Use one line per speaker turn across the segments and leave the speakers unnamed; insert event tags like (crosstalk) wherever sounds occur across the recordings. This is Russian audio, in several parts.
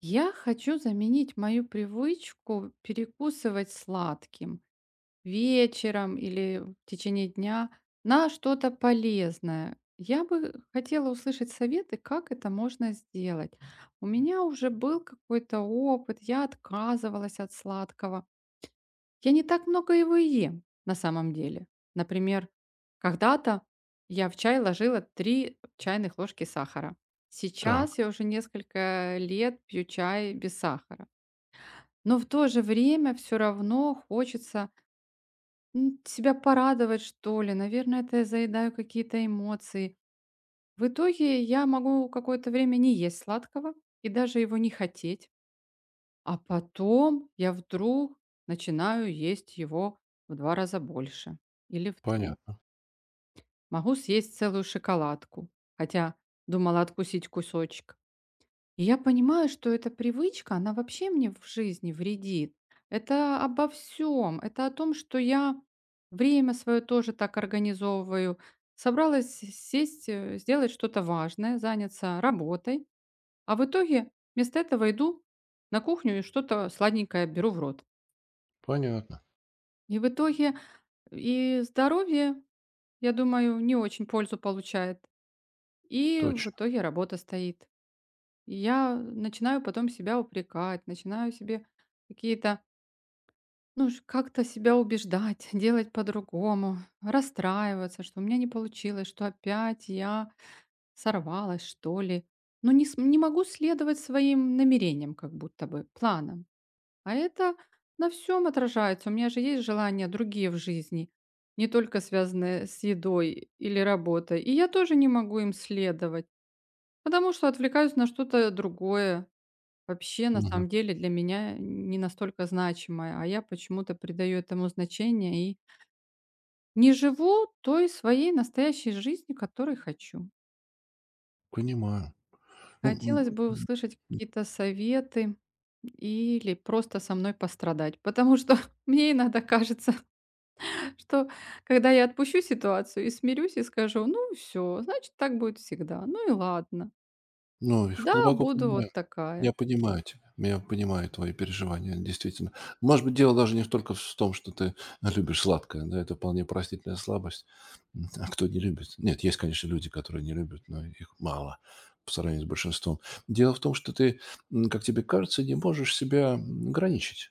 Я хочу заменить мою привычку перекусывать сладким вечером или в течение дня на что-то полезное. Я бы хотела услышать советы, как это можно сделать. У меня уже был какой-то опыт, я отказывалась от сладкого. Я не так много его и ем, на самом деле. Например, когда-то я в чай ложила 3 чайных ложки сахара. Сейчас
Так.
я уже несколько лет пью чай без сахара. Но в то же время все равно хочется, себя порадовать, что ли. Наверное, это я заедаю какие-то эмоции. В итоге я могу какое-то время не есть сладкого и даже его не хотеть. А потом я вдруг начинаю есть его в 2 раза больше или в 3.
Понятно,
Могу съесть целую шоколадку, хотя думала откусить кусочек. И я понимаю, что эта привычка, она вообще мне в жизни вредит. Это обо всем. Это о том, что я время свое тоже так организовываю. Собралась сесть, сделать что-то важное, заняться работой, а в итоге вместо этого иду на кухню и что-то сладенькое беру в рот.
понятно,
И в итоге и здоровье, я думаю, не очень пользу получает, и в
точно.
итоге работа стоит. И я начинаю потом себя упрекать, начинаю себе какие-то, ну, как-то себя убеждать, (laughs) делать по-другому, расстраиваться, что у меня не получилось, что опять я сорвалась, что ли. Но не, не могу следовать своим намерениям, как будто бы, планам. А это на всем отражается. У меня же есть желания другие в жизни, не только связанные с едой или работой. И я тоже не могу им следовать, потому что отвлекаюсь на что-то другое, вообще, на
Мгм.
самом деле, для меня не настолько значимое. А я почему-то придаю этому значение и не живу той своей настоящей жизнью, которой хочу.
Понимаю. Ну,
Хотелось
м,
бы
м,
услышать какие-то советы или просто со мной пострадать, потому что (laughs) мне иногда кажется, что когда я отпущу ситуацию и смирюсь, и скажу: "Ну все значит, так будет всегда. Ну и ладно.
ну, и
Да,
глубоко
буду вот
понимаю.
такая".
Я понимаю тебя. Я понимаю твои переживания, действительно. Может быть, дело даже не столько в том, что ты любишь сладкое, да, это вполне простительная слабость. А кто не любит? Нет, есть, конечно, люди, которые не любят, но их мало по сравнению с большинством. Дело в том, что ты, как тебе кажется, не можешь себя ограничить.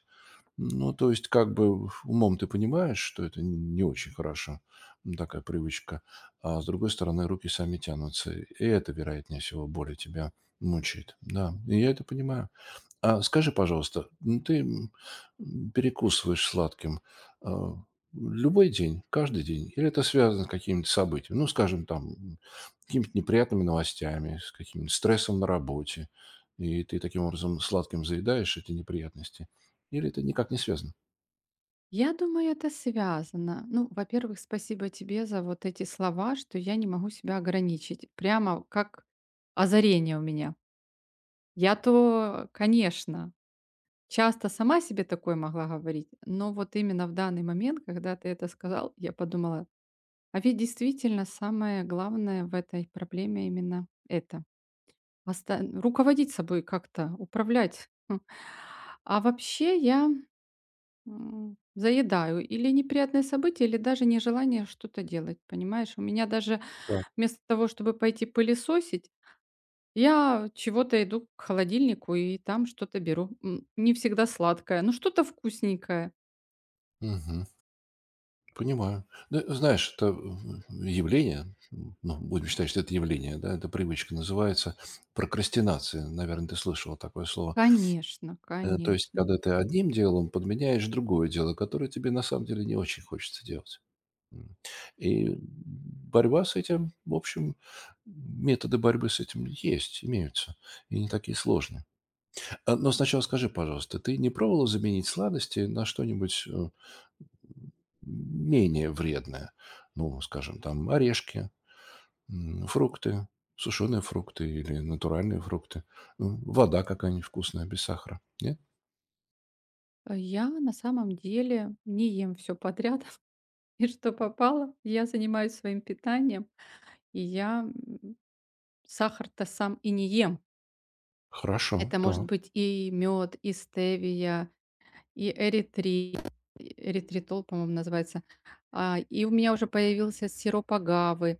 Ну, то есть, как бы умом ты понимаешь, что это не очень хорошо, такая привычка, а с другой стороны, руки сами тянутся, и это, вероятнее всего, более тебя мучает. Да, и я это понимаю. А скажи, пожалуйста, ты, перекусываешь сладким, а, любой день, каждый день, или это связано с какими-то событиями? Ну, скажем, там, какими-то неприятными новостями, с каким то стрессом на работе, и ты таким образом сладким заедаешь эти неприятности? Или это никак не связано?
Я думаю, это связано. Ну, во-первых, спасибо тебе за вот эти слова, что я не могу себя ограничить. Прямо как озарение у меня. Я-то, конечно, часто сама себе такое могла говорить, но вот именно в данный момент, когда ты это сказал, я подумала: а ведь действительно самое главное в этой проблеме именно это. Оста Руководить собой как-то, управлять. Хм. А вообще я, заедаю или неприятные события, или даже нежелание что-то делать, понимаешь? У меня даже
Так.
вместо того, чтобы пойти пылесосить, я чего-то иду к холодильнику и там что-то беру. М, не всегда сладкое, но что-то вкусненькое.
Мгм. Понимаю. Ну, знаешь, это явление, ну, будем считать, что это явление, да, эта привычка называется прокрастинация. Наверное, ты слышала такое слово.
Конечно,
То есть,
конечно.
когда ты одним делом подменяешь другое дело, которое тебе на самом деле не очень хочется делать. М. И борьба с этим, в общем, методы борьбы с этим есть, имеются, и не такие сложные. Но сначала скажи, пожалуйста, ты не пробовала заменить сладости на что-нибудь менее вредное. Ну, скажем, там орешки, фрукты, сушеные фрукты или натуральные фрукты. Ну, вода какая-нибудь вкусная, без сахара. Нет?
Я на самом деле не ем все подряд (laughs) и что попало. Я занимаюсь своим питанием, и я, сахар-то сам и не ем.
Хорошо,
Это может
то,
быть и мед, и стевия, и эритрит, эритритол, по-моему, называется. А, и у меня уже появился сироп агавы.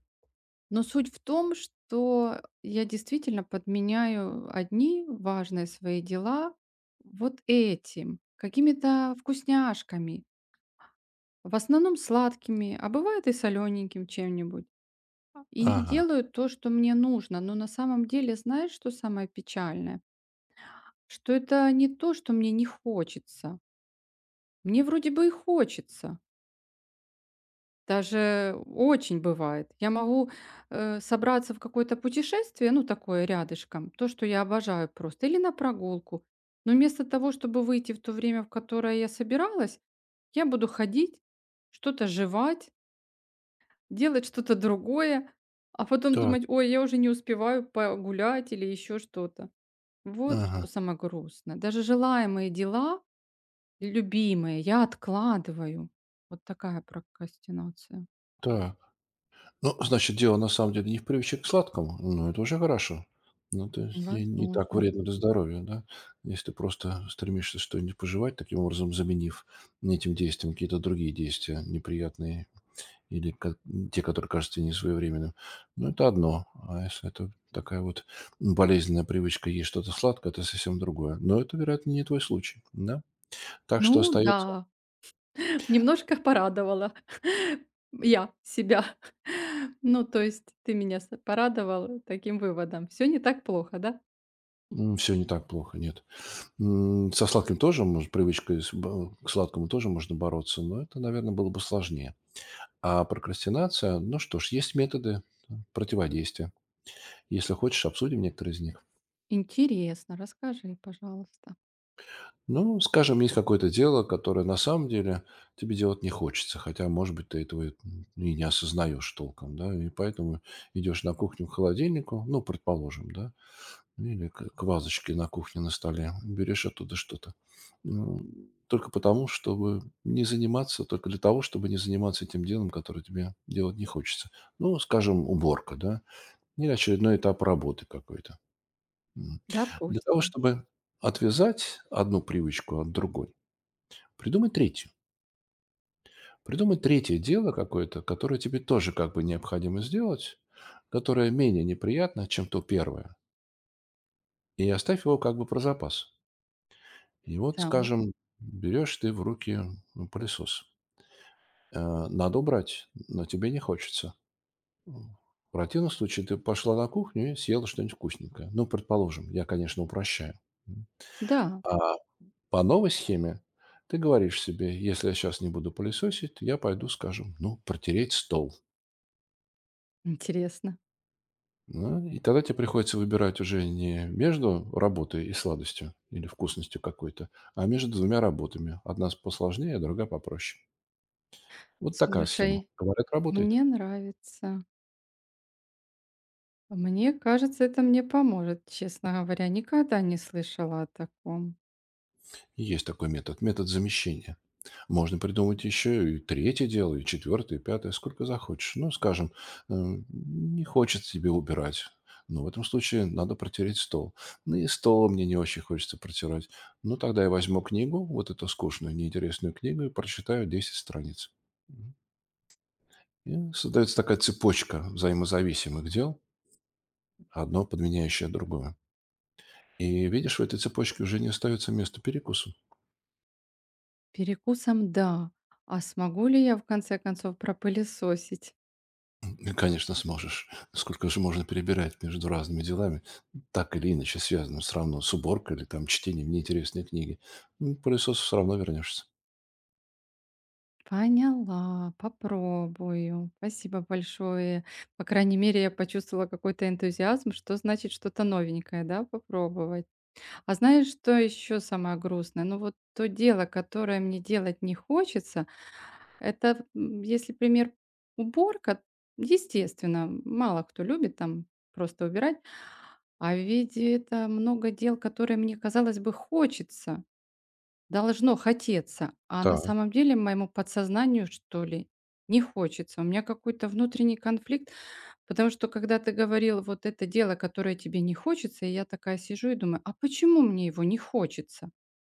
Но суть в том, что я действительно подменяю одни важные свои дела вот этим, какими-то вкусняшками, в основном сладкими, а бывает и солененьким чем-нибудь. И не
ага,
делаю то, что мне нужно. Но на самом деле, знаешь, что самое печальное? Что это не то, что мне не хочется. Мне вроде бы и хочется. Даже очень бывает. Я могу, собраться в какое-то путешествие, ну, такое рядышком, то, что я обожаю просто, или на прогулку. Но вместо того, чтобы выйти в то время, в которое я собиралась, я буду ходить, что-то жевать, делать что-то другое, а потом
так,
думать: "Ой, я уже не успеваю погулять" или еще что-то. Вот что
ага,
самое грустное. Даже желаемые дела любимые, я откладываю. Вот такая прокрастинация.
так. Ну, значит, дело на самом деле не в привычке к сладкому, но это уже хорошо. Ну, то есть не так
Возможно.
вредно для здоровья, да? Если ты просто стремишься что-нибудь пожевать, таким образом заменив этим действием какие-то другие действия, неприятные или ко- те, которые кажутся тебе несвоевременным. Ну, это одно. А если это такая вот болезненная привычка, есть что-то сладкое, это совсем другое. Но это, вероятно, не твой случай. Да? Так что
Ну
остается
да, (laughs) немножко порадовала (laughs) я себя. (laughs) Ну, то есть ты меня с порадовал таким выводом. Все не так плохо, да?
все не так плохо, нет. Со сладким тоже, может, к сладкому тоже можно бороться, но это, наверное, было бы сложнее. А прокрастинация, ну что ж, есть методы противодействия. Если хочешь, обсудим некоторые из них.
Интересно, расскажи, пожалуйста.
Ну, скажем, есть какое-то дело, которое на самом деле тебе делать не хочется, хотя, может быть, ты этого и не осознаешь толком, да, и поэтому идешь на кухню к холодильнику, ну, предположим, да, или к вазочке на кухне на столе, берешь оттуда что-то. Ну, только потому, чтобы не заниматься, только для того, чтобы не заниматься этим делом, которое тебе делать не хочется. Ну, скажем, уборка, да, или очередной этап работы какой-то. М. Для того,
Допустим.
чтобы отвязать одну привычку от другой, придумай третью. Придумай третье дело какое-то, которое тебе тоже как бы необходимо сделать, которое менее неприятно, чем то первое. И оставь его как бы про запас. И вот,
Так.
скажем, берешь ты в руки ну, пылесос. Э, Надо убрать, но тебе не хочется. М. В противном случае ты пошла на кухню и съела что-нибудь вкусненькое. Ну, предположим, я, конечно, упрощаю. М.
Да,
А по новой схеме ты говоришь себе, если я сейчас не буду пылесосить, я пойду, скажем, ну, протереть стол.
интересно.
Ну, и тогда тебе приходится выбирать уже не между работой и сладостью или вкусностью какой-то, а между двумя работами. Одна посложнее, а другая попроще. Вот такая схема.
Слушай,
Говорят, работает.
мне нравится. Мне кажется, это мне поможет, честно говоря. Никогда не слышала о таком.
Есть такой метод, метод замещения. Можно придумать еще и третье дело, и четвертое, и пятое, сколько захочешь. Ну, скажем, э, не хочется тебе убирать. Но в этом случае надо протереть стол. Ну и стол мне не очень хочется протирать. Ну тогда я возьму книгу, вот эту скучную, неинтересную книгу, и прочитаю 10 страниц. Мгм. И создается такая цепочка взаимозависимых дел, одно подменяющее другое. И видишь, в этой цепочке уже не остается места перекусу.
Да, а смогу ли я в конце концов пропылесосить?
Ну, конечно, сможешь. Сколько же можно перебирать между разными делами, так или иначе связанным все равно с уборкой или там чтением неинтересной книги. Ну, к пылесосу все равно вернешься.
Поняла, попробую. Спасибо большое. По крайней мере, я почувствовала какой-то энтузиазм, что значит что-то новенькое, да, попробовать. А знаешь, что еще самое грустное? Ну вот то дело, которое мне делать не хочется, это, если пример уборка, естественно, мало кто любит там просто убирать. А ведь это много дел, которые мне, казалось бы, хочется, должно хотеться, а на
Так,
самом деле моему подсознанию, что ли, не хочется. У меня какой-то внутренний конфликт, потому что когда ты говорил, вот это дело, которое тебе не хочется, и я такая сижу и думаю, а почему мне его не хочется?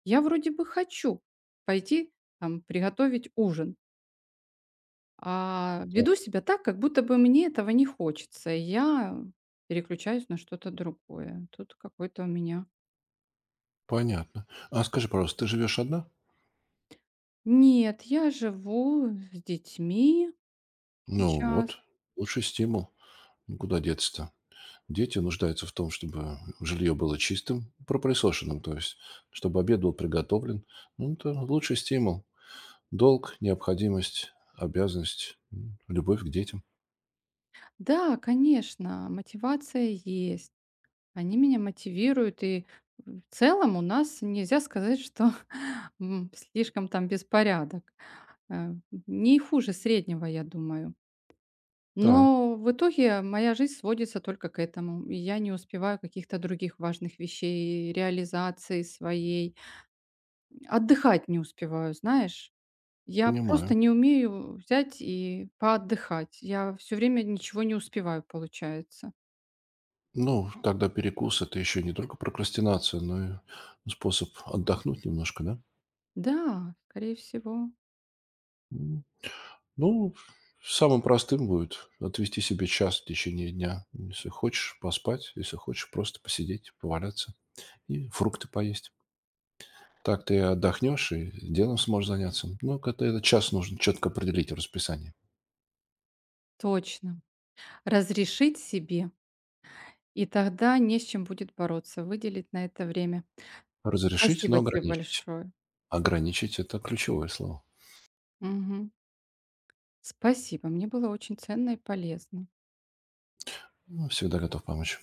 Я вроде бы хочу пойти там приготовить ужин, а
так.
веду себя так, как будто бы мне этого не хочется. И я переключаюсь на что-то другое. Тут какой-то у меня
Понятно. А скажи, пожалуйста, ты живешь одна?
нет, я живу с детьми
Ну
сейчас.
вот, лучший стимул. Ну, куда деться-то? Дети нуждаются в том, чтобы жилье было чистым, пропылесошенным, то есть, чтобы обед был приготовлен. Ну, это лучший стимул. Долг, необходимость, обязанность, любовь к детям.
Да, конечно, мотивация есть. Они меня мотивируют, и в целом у нас нельзя сказать, что (laughs) слишком там беспорядок. Э, Не хуже среднего, я думаю.
Так,
Но в итоге моя жизнь сводится только к этому. И я не успеваю каких-то других важных вещей, реализации своей. Отдыхать не успеваю, знаешь? Я просто
понимаю.
не умею взять и поотдыхать. Я все время ничего не успеваю, получается.
Ну, тогда перекус– это еще не только прокрастинация, но и способ отдохнуть немножко, да?
Да, скорее всего.
М, Ну, самым простым будет отвести себе час в течение дня. Если хочешь, поспать. Если хочешь, просто посидеть, поваляться и фрукты поесть. Так ты отдохнешь и делом сможешь заняться. Но когда этот час нужно четко определить в расписании.
Точно. Разрешить себе, и тогда не с чем будет бороться, выделить на это время.
Разрешить, но
Спасибо тебе
ограничить.
большое.
Ограничить– это ключевое слово.
Мгм. Спасибо, мне было очень ценно и полезно.
Ну, всегда готов помочь.